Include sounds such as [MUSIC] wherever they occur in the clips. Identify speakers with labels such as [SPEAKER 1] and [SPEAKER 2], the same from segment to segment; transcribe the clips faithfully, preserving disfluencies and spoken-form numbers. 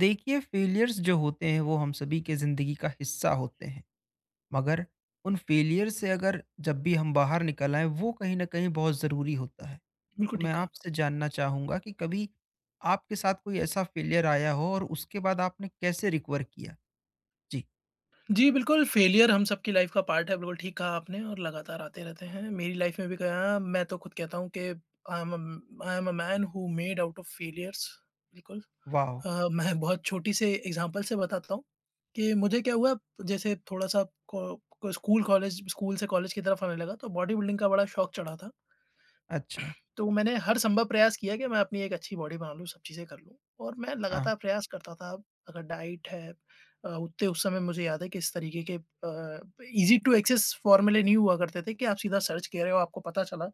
[SPEAKER 1] देखिए फेलियर्स जो होते हैं वो हम सभी के ज़िंदगी का हिस्सा होते हैं मगर उन फेलियर से अगर जब भी हम बाहर निकल आए वो कहीं ना कहीं बहुत ज़रूरी होता है। तो
[SPEAKER 2] बिल्कुल
[SPEAKER 1] मैं
[SPEAKER 2] ठीक कहा आप।
[SPEAKER 1] आपसे जानना चाहूँगा कि कभी आपके साथ कोई ऐसा फेलियर आया हो और उसके बाद आपने कैसे रिकवर किया। जी।
[SPEAKER 2] जी, बिल्कुल फेलियर हम सबकी लाइफ़ का पार्ट है, बिल्कुल ठीक कहा आपने और लगातार आते रहते हैं। मेरी लाइफ़ में भी गया। मैं तो खुद कहता हूँ कि I am a I am a man who made out of failures. बिल्कुल।
[SPEAKER 1] वाह।
[SPEAKER 2] अ, मैं बहुत छोटी से एग्ज़ाम्पल से बताता हूँ कि मुझे क्या हुआ। जैसे थोड़ा-सा को को स्कूल, कॉलेज स्कूल से कॉलेज की तरफ आने लगा तो बॉडी बिल्डिंग का बड़ा शौक चढ़ा था।
[SPEAKER 1] अच्छा।
[SPEAKER 2] तो मैंने हर संभव प्रयास किया कि मैं अपनी एक अच्छी बॉडी बना लूँ, सब चीज़ें कर लूँ और मैं
[SPEAKER 1] हाँ
[SPEAKER 2] लगातार प्रयास करता था। अगर डाइट है। अ, उतने उस समय मुझे याद है कि इस तरीके के अ, ईज़ी टू एक्सेस फ़ॉर्मूले नहीं हुआ करते थे कि आप सीधा सर्च कर रहे हो, आपको पता चला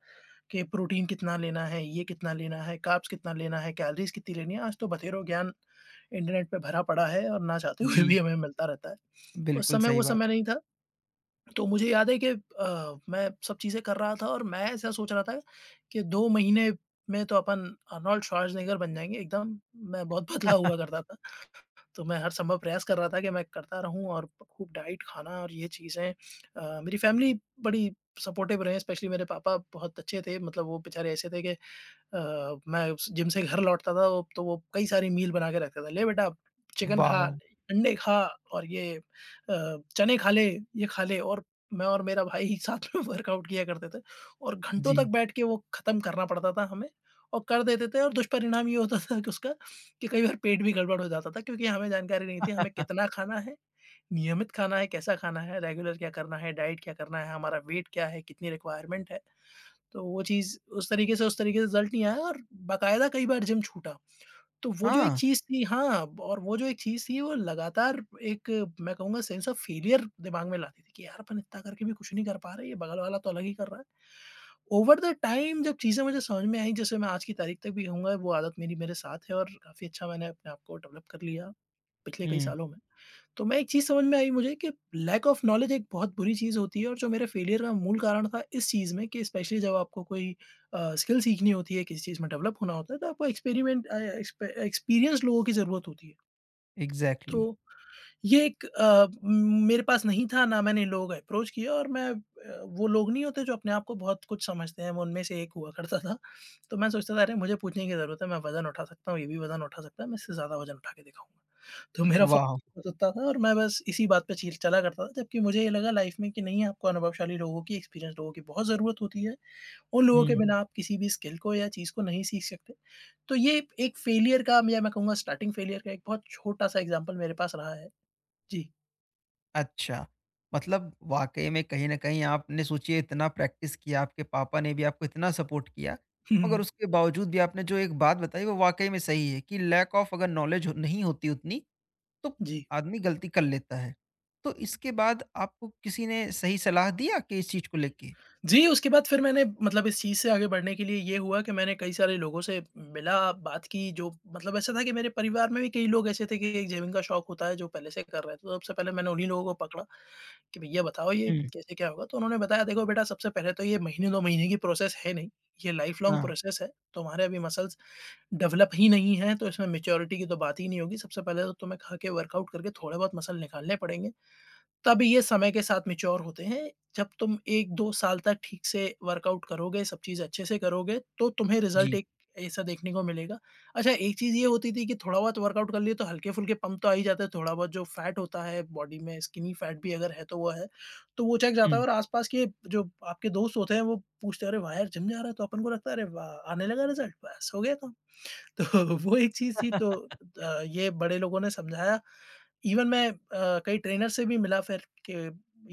[SPEAKER 2] कि प्रोटीन कितना लेना है, ये कितना लेना है, कार्ब्स कितना लेना है, कैलोरीज़ कितनी लेनी है। आज तो बथेरों ज्ञान इंटरनेट पे भरा पड़ा है और ना चाहते हुए भी
[SPEAKER 1] जी,
[SPEAKER 2] हमें मिलता रहता है। उस
[SPEAKER 1] बिल्कुल
[SPEAKER 2] समय
[SPEAKER 1] सही
[SPEAKER 2] वो
[SPEAKER 1] बात।
[SPEAKER 2] समय नहीं था। तो मुझे याद है कि अ, मैं सब चीज़ें कर रहा था और मैं ऐसा सोच रहा था कि दो महीने में तो अपन आर्नोल्ड श्वार्ज़नेगर बन जाएँगे एकदम। मैं बहुत पतला
[SPEAKER 1] [LAUGHS]
[SPEAKER 2] हुआ करता था, तो मैं हर संभव प्रयास कर रहा था कि मैं करता रहूँ और खूब डाइट खाना और ये चीज़ें अ, मेरी फैमिली बड़ी सपोर्टिव रहे, स्पेशली मेरे पापा बहुत अच्छे थे, मतलब वो बेचारे ऐसे थे कि अ, मैं जिम से घर लौटता था, वो तो वो कई सारी मील बना के रखता था, "ले बेटा चिकन खा,
[SPEAKER 1] वाह।
[SPEAKER 2] अंडे खा और ये अ, चने खा ले, ये खा ले" और मैं और मेरा भाई [LAUGHS] साथ में वर्कआउट किया करते थे और घंटों
[SPEAKER 1] जी।
[SPEAKER 2] तक बैठ के वो खत्म करना पड़ता था हमें और कर देते थे। और दुष्परिणाम ये होता था कि उसका कि कई बार पेट भी गड़बड़ हो जाता था, क्योंकि हमें जानकारी नहीं थी हमें कितना खाना है, नियमित खाना है, कैसा खाना है, रेगुलर क्या करना है, डाइट क्या करना है, हमारा वेट क्या है, कितनी रिक्वायरमेंट है। तो वो चीज़ उस तरीके से उस तरीके से रिज़ल्ट नहीं आया और बाकायदा कई बार जिम छूटा। तो वो जो एक
[SPEAKER 1] हाँ।
[SPEAKER 2] चीज़ थी, हाँ, और वो जो एक चीज़ थी वो लगातार एक, मैं कहूँगा, सेंस ऑफ फेलियर दिमाग में लाती थी कि यार अपन इतना करके भी कुछ नहीं कर पा रहे, ये बगल वाला तो अलग ही कर रहा है। ओवर द टाइम जब चीज़ें मुझे समझ में आई, जैसे मैं आज की तारीख तक भी कहूँगा, वो आदत मेरी मेरे साथ है और काफ़ी अच्छा मैंने अपने आप को डेवलप कर लिया पिछले कई
[SPEAKER 1] हम्म।
[SPEAKER 2] सालों में। तो मैं एक चीज़ समझ में आई मुझे कि लैक ऑफ नॉलेज एक बहुत बुरी चीज़ होती है और जो मेरे फेलियर का मूल कारण था इस चीज़ में कि स्पेशली जब आपको कोई अ, स्किल सीखनी होती है, किसी चीज़ में डेवलप होना होता है तो आपको एक्सपेरिमेंट अ, एक्सपे एक्सपीरियंस्ड लोगों की ज़रूरत होती है। तो
[SPEAKER 1] एग्जैक्टली।
[SPEAKER 2] ये एक अ, म मेरे पास नहीं था, ना मैंने लोगों को अप्रोच किया और मैं, अ, वो लोग नहीं होते जो अपने आप को बहुत कुछ समझते हैं, मैं उनमें से एक हुआ करता था। तो मैं सोचता था, अरे! मुझे पूछने की ज़रूरत है, मैं वज़न उठा सकता हूँ, ये भी वज़न उठा सकता है, मैं इससे ज़्यादा वज़न उठा के दिखाऊँगा। तो मेरा फ़ोन
[SPEAKER 1] वाह।
[SPEAKER 2] हो सकता था और मैं बस इसी बात पे चील चला करता था, जबकि मुझे ये लगा लाइफ़ में कि नहीं, आपको अनुभवशाली लोगों की, एक्सपीरियंस्ड लोगों की बहुत ज़रूरत होती है। उन लोगों के
[SPEAKER 1] हम्म।
[SPEAKER 2] बिना आप किसी भी स्किल को या चीज़ को नहीं सीख सकते। तो ये एक फ़ेलियर का, या मैं कहूँगा स्टार्टिंग फ़ेलियर का, एक बहुत छोटा-सा एग्ज़ाम्पल मेरे पास रहा है। जी।
[SPEAKER 1] अच्छा, मतलब वाक़ई में कहीं न कहीं आपने सोचिए इतना प्रैक्टिस किया, आपके पापा ने भी आपको इतना सपोर्ट किया,
[SPEAKER 2] [LAUGHS]
[SPEAKER 1] मगर
[SPEAKER 2] हम्म,
[SPEAKER 1] उसके बावजूद भी आपने जो एक बात बताई वो वाक़ई में सही है कि लैक ऑफ अगर नॉलेज हो नहीं होती उतनी, तो
[SPEAKER 2] जी।
[SPEAKER 1] आदमी गलती कर लेता है। तो इसके बाद आपको किसी ने सही सलाह दिया कि इस चीज़ को लेके?
[SPEAKER 2] जी, उसके बाद फिर मैंने, मतलब इस चीज़ से आगे बढ़ने के लिए ये हुआ कि मैंने कई सारे लोगों से मिला, बात की, जो मतलब ऐसा था कि मेरे परिवार में भी कई लोग ऐसे थे कि एक जेबिंग का शौक होता है जो पहले से कर रहे थे, तो सबसे पहले मैंने उन्हीं लोगों को पकड़ा। कि भैया बताओ ये
[SPEAKER 1] हुँ।
[SPEAKER 2] कैसे क्या होगा? तो उन्होंने बताया, देखो बेटा, सबसे पहले तो ये महीने दो महीने की प्रोसेस है नहीं, ये लाइफ लॉन्ग
[SPEAKER 1] हाँ,
[SPEAKER 2] प्रोसेस है। तुम्हारे अभी मसल्स डेवलप ही नहीं हैं तो इसमें मैच्योरिटी की तो बात ही नहीं होगी। सबसे पहले तो तुम्हें खा के वर्कआउट करके थोड़े बहुत मसल निकालने पड़ेंगे। तब ये समय के साथ मैच्योर होते हैं। जब तुम एक दो साल तक ठीक से वर्कआउट करोगे, सब चीज़ अच्छे से करोगे, तो तुम्हें रिज़ल्ट
[SPEAKER 1] जी।
[SPEAKER 2] एक ऐसा देखने को मिलेगा। अच्छा, एक चीज़ ये होती थी कि थोड़ा बहुत वर्कआउट कर लिए तो हल्के-फुल्के पम्प तो आ ही जाते हैं, थोड़ा बहुत जो फैट होता है बॉडी में, स्किनी फैट भी अगर है तो वो है, तो वो चेक जाता है
[SPEAKER 1] हुँ।
[SPEAKER 2] और आस-पास के जो आपके दोस्त होते हैं वो पूछते हैं, "अरे वाह! यार जिम जा रहा है?" तो अपन को लगता है, "अरे वाह! आने लगा रिज़ल्ट, बस हो गया काम।" तो [LAUGHS] वो एक चीज़ थी। तो अ, ये बड़े लोगों ने समझाया। इवन मैं, अ, कई ट्रेनर से भी मिला फिर कि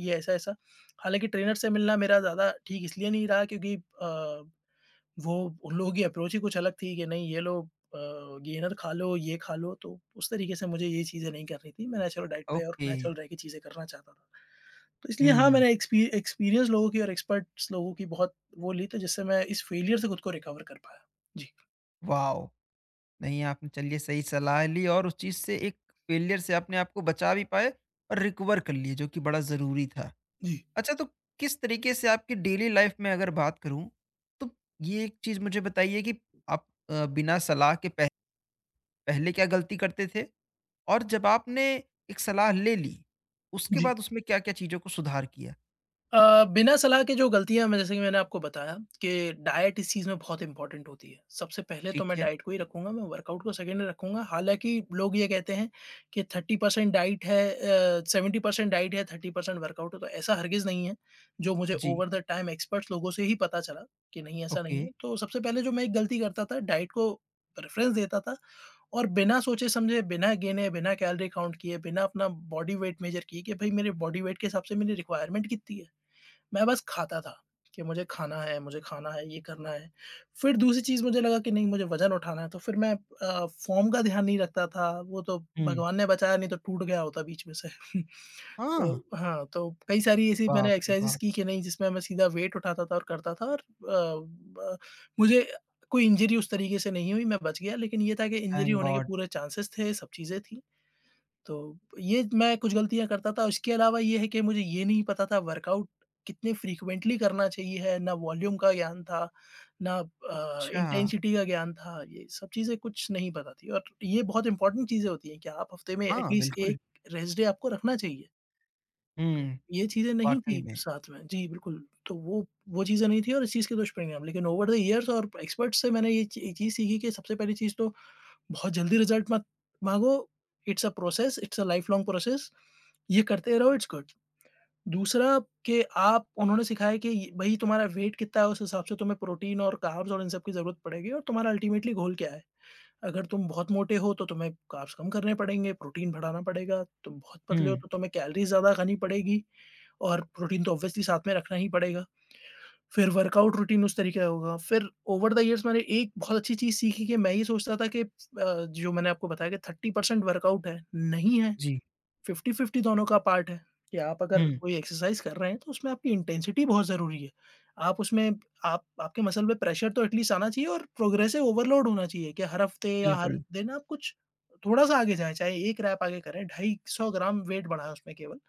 [SPEAKER 2] ये ऐसा-ऐसा। हालाँकि ट्रेनर से मिलना मेरा ज़्यादा ठीक इसलिए नहीं रहा क्योंकि अ, वो उन लोगों की अप्रोच ही कुछ अलग थी कि नहीं ये लो, अ, गेनर खा लो, ये खा लो, तो उस तरीके से मुझे ये चीज़ें नहीं करनी थी। मैं नेचुरल डाइट पे और
[SPEAKER 1] ओके।
[SPEAKER 2] नेचुरल रह के चीज़ें करना चाहता था। तो इसलिए हाँ,
[SPEAKER 1] हुँ।
[SPEAKER 2] मैंने एक्सपी एक्सपीरियंस लोगों की और एक्सपर्ट्स लोगों की बहुत वो ली, तो जिससे मैं इस फेलियर से खुद को रिकवर कर पाया। जी।
[SPEAKER 1] वॉव! नहीं आपने चलिए सही सलाह ली और उस चीज़ से एक फेलियर से अपने आप को बचा भी पाए और रिकवर कर लिए जो कि बड़ा ज़रूरी था।
[SPEAKER 2] जी।
[SPEAKER 1] अच्छा, तो किस तरीके से आपकी डेली लाइफ में अगर बात करूं तो ये एक चीज मुझे बताइए कि आप अ, बिना सलाह के पह, पहले क्या गलती करते थे और जब आपने एक सलाह ले ली उसके
[SPEAKER 2] जी।
[SPEAKER 1] बाद उसमें क्या क्या चीजों को सुधार किया।
[SPEAKER 2] अ, बिना सलाह के जो गलतियाँ मैं, जैसे कि मैंने आपको बताया कि डाइट इस चीज़ में बहुत इम्पोर्टेंट होती है। सबसे पहले तो
[SPEAKER 1] ठीक
[SPEAKER 2] मैं
[SPEAKER 1] है।
[SPEAKER 2] डाइट को ही रखूँगा, मैं वर्कआउट को सेकंड में रखूँगा। हालाँकि लोग ये कहते हैं कि थर्टी परसेंट डाइट है, अ, सेवेंटी परसेंट डाइट है, थर्टी परसेंट वर्कआउट है, तो ऐसा हरगिज़ नहीं है, जो मुझे
[SPEAKER 1] जी।
[SPEAKER 2] ओवर द टाइम एक्सपर्ट्स लोगों से ही पता चला कि नहीं, ऐसा नहीं
[SPEAKER 1] ओके।
[SPEAKER 2] है। तो सबसे पहले जो मैं एक गलती करता था, डाइट को प्रेफ़रेंस देता था और बिना सोचे-समझे, बिना गिने, बिना कैलोरी काउंट किए, बिना अपना बॉडी वेट मेज़र किए कि भई मेरे बॉडी वेट के हिसाब से मेरी रिक्वायरमेंट कितनी है। मैं बस खाता था कि मुझे खाना है, मुझे खाना है, ये करना है। फिर दूसरी चीज़ मुझे लगा कि नहीं, मुझे वज़न उठाना है तो फिर मैं, अ, फ़ॉर्म का ध्यान नहीं रखता था, वो तो
[SPEAKER 1] हम्म।
[SPEAKER 2] भगवान ने बचाया, नहीं तो टूट गया होता बीच में से। [LAUGHS]
[SPEAKER 1] हाँ।
[SPEAKER 2] तो हाँ, तो कई सारी ऐसी मैंने
[SPEAKER 1] बाप रे
[SPEAKER 2] एक्सरसाइज़ेज़
[SPEAKER 1] बाप।
[SPEAKER 2] की कि नहीं जिसमें मैं सीधा वेट उठाता था और करता था और अ, ब मुझे कोई इंजरी उस तरीके से नहीं हुई, मैं बच गया, लेकिन ये था कि इंजरी
[SPEAKER 1] थैंक
[SPEAKER 2] होने के
[SPEAKER 1] गॉड।
[SPEAKER 2] पूरे चांसेस थे, सब चीज़ें थी। तो ये मैं कुछ गलतियाँ करता था, उसके अलावा ये है कि मुझे ये नहीं पता था वर्कआउट कितने फ्रीक्वेंटली करना चाहिए है, ना वॉल्यूम का ज्ञान था, ना अ,
[SPEAKER 1] अच्छा।
[SPEAKER 2] इंटेंसिटी का ज्ञान था। ये सब चीज़ें कुछ नहीं पता थी और ये बहुत इम्पोर्टेंट चीज़ें होती हैं कि आप हफ़्ते में
[SPEAKER 1] हाँ,
[SPEAKER 2] एटलीस्ट
[SPEAKER 1] बिल्कुल।
[SPEAKER 2] एक रेस्ट डे आपको रखना चाहिए। तो
[SPEAKER 1] हम्म।
[SPEAKER 2] ये चीज़ें नहीं
[SPEAKER 1] वाकई
[SPEAKER 2] थी
[SPEAKER 1] में।
[SPEAKER 2] साथ में। जी, बिल्कुल। तो वो वो चीज़ें नहीं थी और इस चीज़ के दुष्परिणाम। लेकिन ओवर द ईयर्स और एक्सपर्ट्स से मैंने ये ची चीज़ सीखी कि सबसे पहली चीज़ तो बहुत जल्दी रिजल्ट मत माँगो, it's a process, it's a lifelong process. ये करते रहो, इट्स गुड। दूसरा कि आप, उन्होंने सिखाया है कि भई तुम्हारा वेट कितना है उस हिसाब से तुम्हें प्रोटीन और कार्ब्स और इन सब की ज़रूरत पड़ेगी और तुम्हारा अल्टीमेटली गोल क्या है। अगर तुम बहुत मोटे हो तो तुम्हें कार्ब्स कम करने पड़ेंगे, प्रोटीन बढ़ाना पड़ेगा, तुम बहुत पतले हो
[SPEAKER 1] हम्म।
[SPEAKER 2] तो तुम्हें कैलोरीज़ ज़्यादा खानी पड़ेगी और प्रोटीन तो ऑब्वियसली साथ में रखना ही पड़ेगा। फिर वर्कआउट रूटीन उस तरीके का होगा। फिर ओवर द ईयर्स मैंने एक बहुत अच्छी चीज़ सीखी कि मैं ये सोचता था कि अ, जो मैंने आपको बताया कि थर्टी परसेंट वर्कआउट है, नहीं है,
[SPEAKER 1] जी।
[SPEAKER 2] फ़िफ्टी फ़िफ्टी दोनों का पार्ट है कि आप अगर
[SPEAKER 1] हम्म।
[SPEAKER 2] कोई एक्सरसाइज़ कर रहे हैं तो उसमें आपकी इंटेंसिटी बहुत ज़रूरी है। आप उसमें, आप आपके मसल पे प्रेशर तो एटलीस्ट आना चाहिए और प्रोग्रेसिव ओवरलोड होना चाहिए कि हर हफ्ते या हर
[SPEAKER 1] बिल्कुल।
[SPEAKER 2] दिन आप कुछ थोड़ा-सा आगे जाएँ, चाहे एक रैप आगे करें, दो सौ पचास ग्राम वेट बढ़ाएँ उसमें केवल।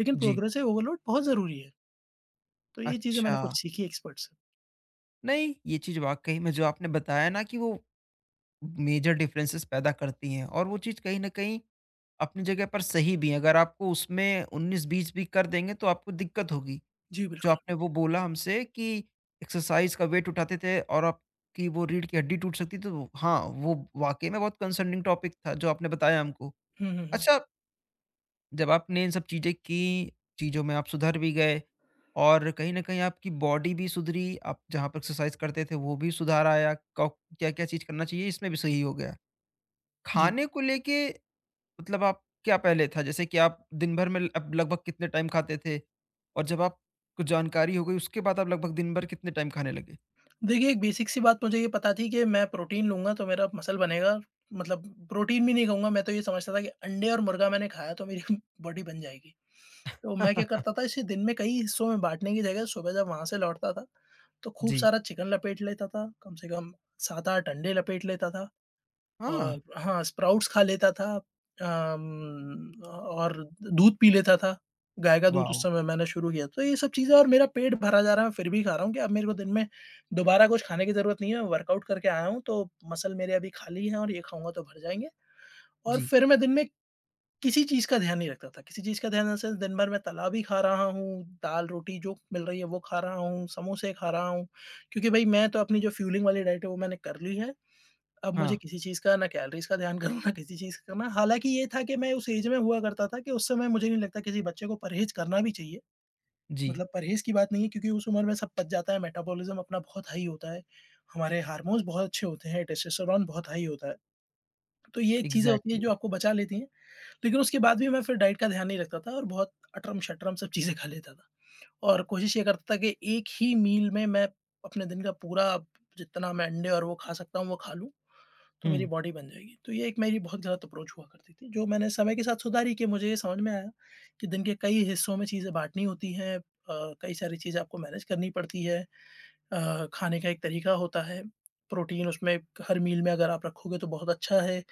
[SPEAKER 2] लेकिन
[SPEAKER 1] जी।
[SPEAKER 2] प्रोग्रेसिव ओवरलोड बहुत ज़रूरी है। तो ये चीज़ें
[SPEAKER 1] अच्छा,
[SPEAKER 2] मैंने कुछ सीखी एक्सपर्ट से।
[SPEAKER 1] नहीं ये चीज वाकई में जो आपने बताया ना कि वो मेजर डिफरेंसेस पैदा करती हैं और वो चीज़ कहीं न कहीं अपनी जगह पर सही भी है। अगर आपको उसमें उन्नीस बीस भी कर देंगे तो आपको दिक्कत होगी।
[SPEAKER 2] जी,
[SPEAKER 1] जो
[SPEAKER 2] बिल्कुल।
[SPEAKER 1] आपने वो बोला हमसे कि एक्सरसाइज़ का वेट उठाते थे और आपकी वो रीढ़ की हड्डी टूट सकती तो वो- हाँ, वो वाक़ई में बहुत कंसर्निंग टॉपिक था जो आपने बताया हमको।
[SPEAKER 2] हुँ, हुँ, हुँ।
[SPEAKER 1] अच्छा, जब आपने इन सब चीज़ें की, चीज़ों में आप सुधर भी गए और कहीं न कहीं आपकी बॉडी भी सुधरी, आप जहाँ पर एक्सरसाइज़ करते थे वो भी सुधार आया, कब क्या-क्या चीज़ करना चाहिए इसमें भी सही हो गया।
[SPEAKER 2] जी।
[SPEAKER 1] खाने को लेके मतलब आप क्या पहले था? जैसे कि आप दिन भर में ल- अब लगभग कितने टाइम खाते थे? और जब आप को जानकारी हो गई उसके बाद आप लगभग दिन भर कितने टाइम खाने लगे?
[SPEAKER 2] देखिए, एक बेसिक सी बात मुझे ये पता थी कि मैं प्रोटीन लूँगा तो मेरा मसल बनेगा। मतलब प्रोटीन भी नहीं कहूँगा, मैं तो ये समझता था कि अंडे और मुर्गा मैंने खाया तो मेरी [LAUGHS] बॉडी बन जाएगी। तो मैं क्या करता था
[SPEAKER 1] [LAUGHS]
[SPEAKER 2] इसे दिन में कई हिस्सों में बाँटने की जगह सुबह जब वहाँ से लौटता था, तो खूब
[SPEAKER 1] जी।
[SPEAKER 2] सारा चिकन लपेट लेता था, कम से कम सात आठ अंडे लपेट लेता था।
[SPEAKER 1] हाँ।
[SPEAKER 2] और हाँ, स्प्राउट्स खा लेता था अम, और दूध पी लेता था। गाय का दूध उस
[SPEAKER 1] वॉव!
[SPEAKER 2] समय मैंने शुरू किया। तो ये सब चीज़ें और मेरा पेट भरा जा रहा है, फिर भी खा रहा हूँ कि अब मेरे को दिन में दोबारा कुछ खाने की ज़रूरत नहीं है। वर्कआउट करके आया हूँ, तो मसल मेरे अभी खाली हैं और ये खाऊँगा तो भर जाएँगे। और
[SPEAKER 1] जी।
[SPEAKER 2] फिर मैं दिन में किसी चीज़ का ध्यान नहीं रखता था। किसी चीज़ का ध्यान इन द सेंस दिन भर मैं तला भी खा रहा हूँ, दाल-रोटी जो मिल रही है वो खा रहा हूँ, समोसे खा रहा हूँ। क्योंकि भई मैं तो अपनी जो फ़्यूलिंग वाली डाइट है वो मैंने कर ली है। अब मुझे
[SPEAKER 1] हाँ।
[SPEAKER 2] किसी चीज़ का ना कैलोरीज़ का ध्यान करूँ ना किसी चीज़ का करना। हालाँकि ये था कि मैं उस ऐज में हुआ करता था, कि उस समय मुझे नहीं लगता किसी बच्चे को परहेज़ करना भी चाहिए।
[SPEAKER 1] जी।
[SPEAKER 2] मतलब परहेज़ की बात नहीं है, क्योंकि उस उम्र में सब पच जाता है, मेटाबॉलिज़्म अपना बहुत हाई होता है, हमारे हार्मोन्स बहुत अच्छे होते हैं, टेस्टोस्टेरोन बहुत हाई होता है। तो ये एक चीज़ें होती हैं
[SPEAKER 1] इग्ज़ैक्टली।
[SPEAKER 2] जो आपको बचा लेती हैं, लेकिन उसके बाद भी मैं फिर डाइट का ध्यान नहीं रखता था और बहुत अटरम-शटरम सब चीज़ें खा लेता था। और कोशिश ये करता था कि एक ही मील में मैं अपने दिन का पूरा, जितना मैं अंडे और वो खा सकता हूँ, वो खा लूँ। तो मेरी
[SPEAKER 1] हुँ।
[SPEAKER 2] बॉडी बन जाएगी। तो ये एक मेरी बहुत गलत अप्रोच हुआ करती थी, जो मैंने समय के साथ सुधारी, कि मुझे ये समझ में आया कि दिन के कई हिस्सों में चीज़ें बाँटनी होती हैं। अ, कई सारी चीज़ें आपको मैनेज करनी पड़ती है। अ, खाने का एक तरीका होता है। प्रोटीन उसमें हर मील में अगर आप रखोगे तो बहुत अच्छा है।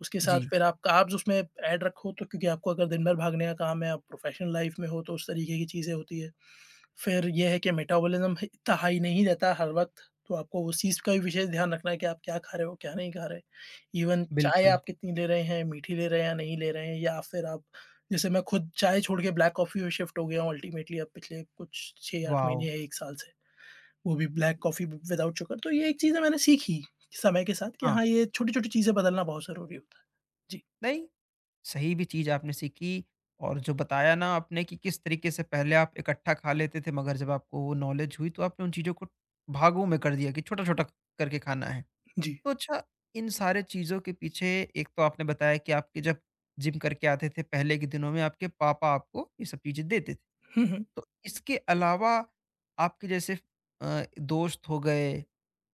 [SPEAKER 2] उसके साथ
[SPEAKER 1] जी,
[SPEAKER 2] फिर आप कार्ब्स उसमें ऐड रखो तो, क्योंकि आपको अगर दिन भर भागने का काम है, आप प्रोफ़ेशनल लाइफ़ में हो, तो उस तरीके की चीज़ें होती है। फिर ये है कि मेटाबॉलिज़्म ह इतना हाई नहीं रहता हर वक़्त, तो आपको उस चीज़ का भी विशेष ध्यान रखना है कि आप क्या खा रहे हो, क्या नहीं खा रहे। इवन चाय
[SPEAKER 1] बिल्कुल।
[SPEAKER 2] आप कितनी ले रहे हैं, मीठी ले रहे हैं या नहीं ले रहे हैं, या फिर आप, जैसे मैं खुद चाय छोड़ के ब्लैक कॉफ़ी में शिफ्ट हो गया हूँ अल्टीमेटली, अब पिछले कुछ छह आठ महीने
[SPEAKER 1] वॉव!
[SPEAKER 2] या एक साल से। वो भी ब्लैक कॉफ़ी विदाउट शुगर। तो ये एक चीज़ें मैंने सीखी समय के साथ कि
[SPEAKER 1] हाँ।
[SPEAKER 2] हाँ, ये छोटी-छोटी चीज़ें बदलना बहुत ज़रूरी होता है। जी,
[SPEAKER 1] नहीं, सही भी चीज़ आपने सीखी और जो बताया ना आपने कि किस तरीके से पहले आप इकट्ठा खा लेते थे मगर जब आपको वो नॉलेज हुई तो आपने उन चीज़ों को भागों में कर दिया कि छोटा-छोटा करके खाना है।
[SPEAKER 2] जी।
[SPEAKER 1] तो अच्छा, इन सारे चीज़ों के पीछे एक तो आपने बताया कि आपके जब जिम करके आते थे पहले के दिनों में आपके पापा आपको ये सब चीज़ें देते थे।
[SPEAKER 2] हुँ, हुँ।
[SPEAKER 1] तो इसके अलावा आपके जैसे अ, दोस्त हो गए,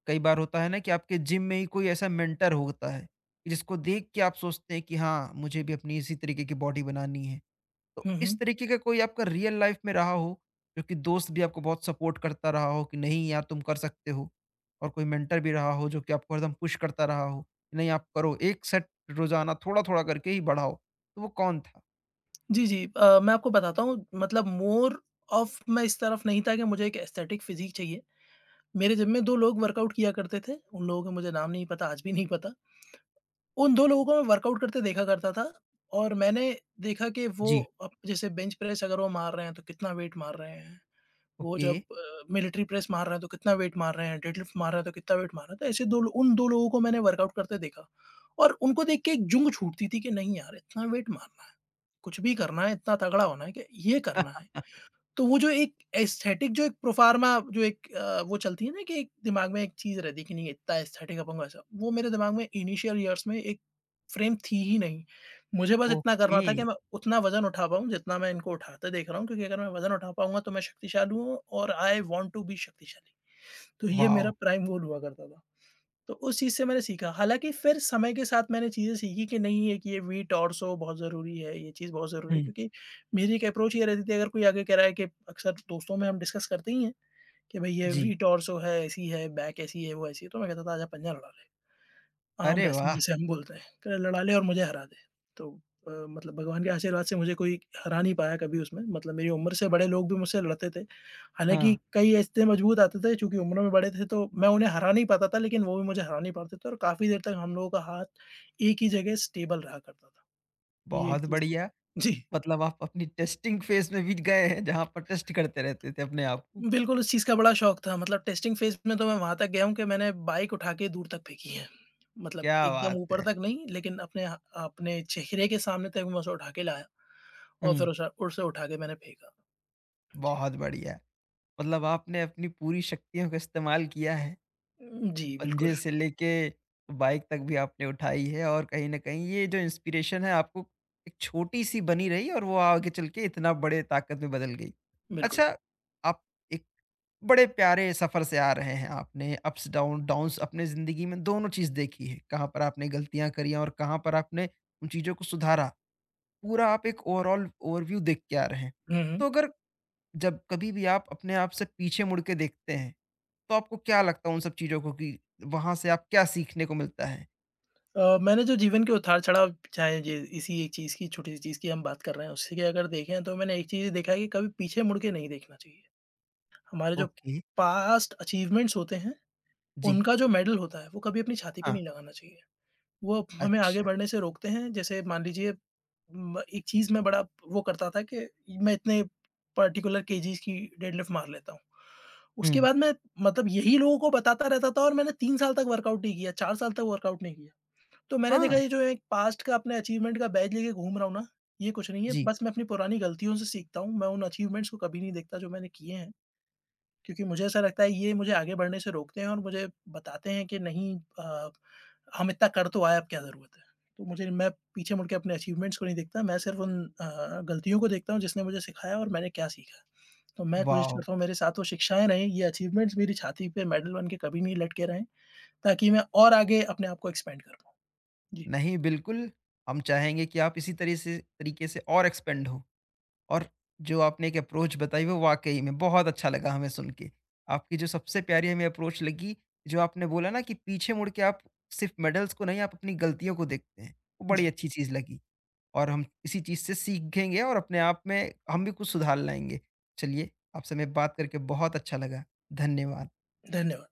[SPEAKER 1] कई बार होता है ना कि आपके जिम में ही कोई ऐसा मेंटर होता है, कि जिसको देख के आप सोचते हैं कि हाँ, मुझे भी अपनी इसी तरीके की बॉडी बनानी है। तो
[SPEAKER 2] हुँ, हुँ।
[SPEAKER 1] इस तरीके का कोई आपका रियल लाइफ में रहा हो, जो कि दोस्त भी आपको बहुत सपोर्ट करता रहा हो कि नहीं यार तुम कर सकते हो और कोई मेंटर भी रहा हो जो कि आपको हरदम पुश करता रहा हो, कि नहीं आप करो, एक सेट रोज़ाना थोड़ा-थोड़ा करके ही बढ़ाओ, तो वो कौन था?
[SPEAKER 2] जी, जी। अ, मैं आपको बताता हूँ, मतलब मोर ऑफ मैं इस तरफ नहीं था कि मुझे एक एस्थेटिक फ़िज़ीक चाहिए। मेरे जिम में दो लोग वर्कआउट किया करते थे, उन लोगों का मुझे नाम नहीं पता, आज भी नहीं पता। उन दो लोगों को मैं वर्कआउट करते देखा करता था, और मैंने देखा कि वो
[SPEAKER 1] जी।
[SPEAKER 2] अप, जैसे बेंच प्रेस अगर वो मार रहे हैं तो कितना वेट मार रहे हैं। वो
[SPEAKER 1] ओके।
[SPEAKER 2] जब अ, मिलिट्री प्रेस मार रहा है तो कितना वेट मार रहे हैं, डेडलिफ्ट मार रहा है तो कितना वेट मार रहा है। तो ऐसे दो लो उन दो लोगों को मैंने वर्कआउट करते देखा, और उनको देख के एक जुंग छूटती थी कि नहीं यार, इतना वेट मारना है, कुछ भी करना है, इतना तगड़ा होना है कि ये करना है।
[SPEAKER 1] [LAUGHS]
[SPEAKER 2] तो वो जो एक एस्थेटिक, जो एक प्रोफ़ार्मा, जो एक अ, वो चलती है ना, कि एक दिमाग में एक चीज़ रहती है कि नहीं इतना एस्थेटिक अपन ऐसा, वो मेरे दिमाग में इनिशियल ईयर्स में एक फ्रेम थी ही नहीं। मुझे बस इतना
[SPEAKER 1] ओके।
[SPEAKER 2] करना था कि मैं उतना वज़न उठा पाऊँ जितना मैं इनको उठाते देख रहा हूँ, क्योंकि अगर मैं वज़न उठा पाऊँगा तो मैं शक्तिशाली हूँ, और आई वांट टू बी शक्तिशाली। तो ये मेरा
[SPEAKER 1] वॉव!
[SPEAKER 2] प्राइम गोल हुआ करता था। तो उस चीज़ से मैंने सीखा। हालाँकि फिर समय के साथ मैंने चीज़ें सीखी कि नहीं है कि ये वी टॉर्सो बहुत ज़रूरी है, ये चीज़ बहुत ज़रूरी है,
[SPEAKER 1] हुँ।
[SPEAKER 2] क्योंकि मेरी एक अप्रोच ये रहती थी, अगर कोई आगे कह रहा है, कि अक्सर दोस्तों में हम डिस्कस करते ही हैं कि भई ये
[SPEAKER 1] जी।
[SPEAKER 2] वी टॉर्सो है, ऐसी है, बैक ऐसी है, वो ऐसी है, तो मैं कहता था आजा पंजा लड़ा लें। आर्म
[SPEAKER 1] अरे
[SPEAKER 2] रेसलिंग
[SPEAKER 1] वाह!
[SPEAKER 2] जिसे हम बोलते हैं, कह लड़ा ले और मुझे हरा दे। तो अ, मतलब भगवान के आशीर्वाद से मुझे कोई हरा नहीं पाया कभी उसमें, मतलब मेरी उम्र से बड़े लोग भी मुझसे लड़ते थे। हालाँकि
[SPEAKER 1] हाँ।
[SPEAKER 2] कई ऐसे मजबूत आते थे, चूँकि उम्र में बड़े थे तो मैं उन्हें हरा नहीं पाता था, लेकिन वो भी मुझे हरा नहीं पाते थे, और काफ़ी देर तक हम लोगों का हाथ एक ही जगह स्टेबल रहा करता था। ये एक
[SPEAKER 1] बहुत
[SPEAKER 2] चीज़ थी।
[SPEAKER 1] बढ़िया।
[SPEAKER 2] जी।
[SPEAKER 1] मतलब आप अपनी टेस्टिंग फेज़ में भी गए हैं जहाँ पर टेस्ट करते रहते थे अपने आप को।
[SPEAKER 2] बिल्कुल, उस चीज़ का बड़ा शौक था, मतलब टेस्टिंग फ़ेज़ में तो मैं वहाँ तक गया हूँ कि मैंने बाइक उठा के दूर तक फेंकी है। मतलब
[SPEAKER 1] क्या बात
[SPEAKER 2] एकदम ऊपर
[SPEAKER 1] है!
[SPEAKER 2] तक नहीं, लेकिन अपने ह अपने चेहरे के सामने तक मैं उसे उठा के लाया, और फिर
[SPEAKER 1] हुँ।
[SPEAKER 2] उसे उसे उठा के मैंने फेंका। जी।
[SPEAKER 1] बहुत बढ़िया। मतलब आपने अपनी पूरी शक्तियों का इस्तेमाल किया है।
[SPEAKER 2] उम, जी, बिल्कुल,
[SPEAKER 1] पंजे से लेके बाइक तक भी आपने उठाई है और कहीं न कहीं ये जो इंस्पिरेशन है आपको एक छोटी-सी बनी रही और वो आगे चल के इतना बड़े ताकत में बदल गई।
[SPEAKER 2] बिल्कुल।
[SPEAKER 1] अच्छा, आप एक बड़े प्यारे सफ़र से आ रहे हैं। आपने अप्स डाउन डाउन्स अपने ज़िंदगी में दोनों चीज़ देखी है। कहाँ पर आपने गलतियाँ करी और कहाँ पर आपने उन चीज़ों को सुधारा। पूरा आप एक ओवरऑल ओवरव्यू देख के आ रहे हैं।
[SPEAKER 2] हुँ, हुँ।
[SPEAKER 1] तो अगर जब कभी भी आप अपने आप से पीछे मुड़ के देखते हैं तो आपको क्या लगता है उन सब चीज़ों को कि वहाँ से आप क्या सीखने को मिलता है?
[SPEAKER 2] अ, मैंने जो जीवन के उतार-चढ़ाव, चाहे ये इसी एक चीज़ की, छोटी-सी चीज़ की हम बात कर रहे हैं, उससे की अगर देखें, तो मैंने एक चीज़ देखा है कि कभी पीछे मुड़ के नहीं देखना चाहिए। हमारे जो
[SPEAKER 1] ओके।
[SPEAKER 2] पास्ट अचीवमेंट्स होते हैं,
[SPEAKER 1] जी।
[SPEAKER 2] उनका जो मेडल होता है, वो कभी अपनी छाती पे
[SPEAKER 1] हाँ।
[SPEAKER 2] नहीं लगाना चाहिए। वो हमें आगे
[SPEAKER 1] अच्छा।
[SPEAKER 2] बढ़ने से रोकते हैं। जैसे मान लीजिए, म एक चीज़ मैं बड़ा वो करता था कि मैं इतने पर्टिकुलर केजीज़ की डेडलिफ्ट मार लेता हूँ। उसके
[SPEAKER 1] हुँ।
[SPEAKER 2] बाद मैं, मतलब यही लोगों को बताता रहता था, और मैंने तीन साल तक वर्कआउट नहीं किया, चार साल तक वर्कआउट नहीं किया। तो मैंने देखा
[SPEAKER 1] हाँ।
[SPEAKER 2] ये जो एक पास्ट का अपने अचीवमेंट का बैज लेके घूम रहा हूँ ना, ये कुछ नहीं है।
[SPEAKER 1] जी।
[SPEAKER 2] बस मैं अपनी पुरानी गलतियों से सीखता हूँ। मैं उन अचीवमेंट्स को कभी नहीं देखता जो मैंने किए हैं। क्योंकि मुझे ऐसा लगता है ये मुझे आगे बढ़ने से रोकते हैं, और मुझे बताते हैं कि नहीं अ, हम इतना कर तो आए, अब क्या ज़रूरत है। तो मुझे मैं पीछे मुड़ के अपने अचीवमेंट्स को नहीं देखता, मैं सिर्फ़ उन अ, गलतियों को देखता हूँ जिसने मुझे सिखाया और मैंने क्या सीखा। तो मैं कोशिश
[SPEAKER 1] वॉव!
[SPEAKER 2] करता हूँ मेरे साथ वो शिक्षाएँ रहें, ये अचीवमेंट्स मेरी छाती पे मेडल बन के कभी नहीं लटके रहें, ताकि मैं और आगे अपने आप को एक्सपेंड कर पाऊँ। जी।
[SPEAKER 1] नहीं, बिल्कुल, हम चाहेंगे कि आप इसी तरह से तरीके से और एक्सपेंड हो और जो आपने एक अप्रोच बताई वो वाक़ई में बहुत अच्छा लगा हमें सुन के। आपकी जो सबसे प्यारी हमें अप्रोच लगी, जो आपने बोला ना कि पीछे मुड़ के आप सिर्फ़ मेडल्स को नहीं, आप अपनी गलतियों को देखते हैं, वो बड़ी
[SPEAKER 2] जी,
[SPEAKER 1] अच्छी चीज़ लगी। और हम इसी चीज़ से सीखेंगे और अपने आप में हम भी कुछ सुधार लाएँगे। चलिए, आपसे मैं बात करके बहुत अच्छा लगा। धन्यवाद।
[SPEAKER 2] धन्यवाद।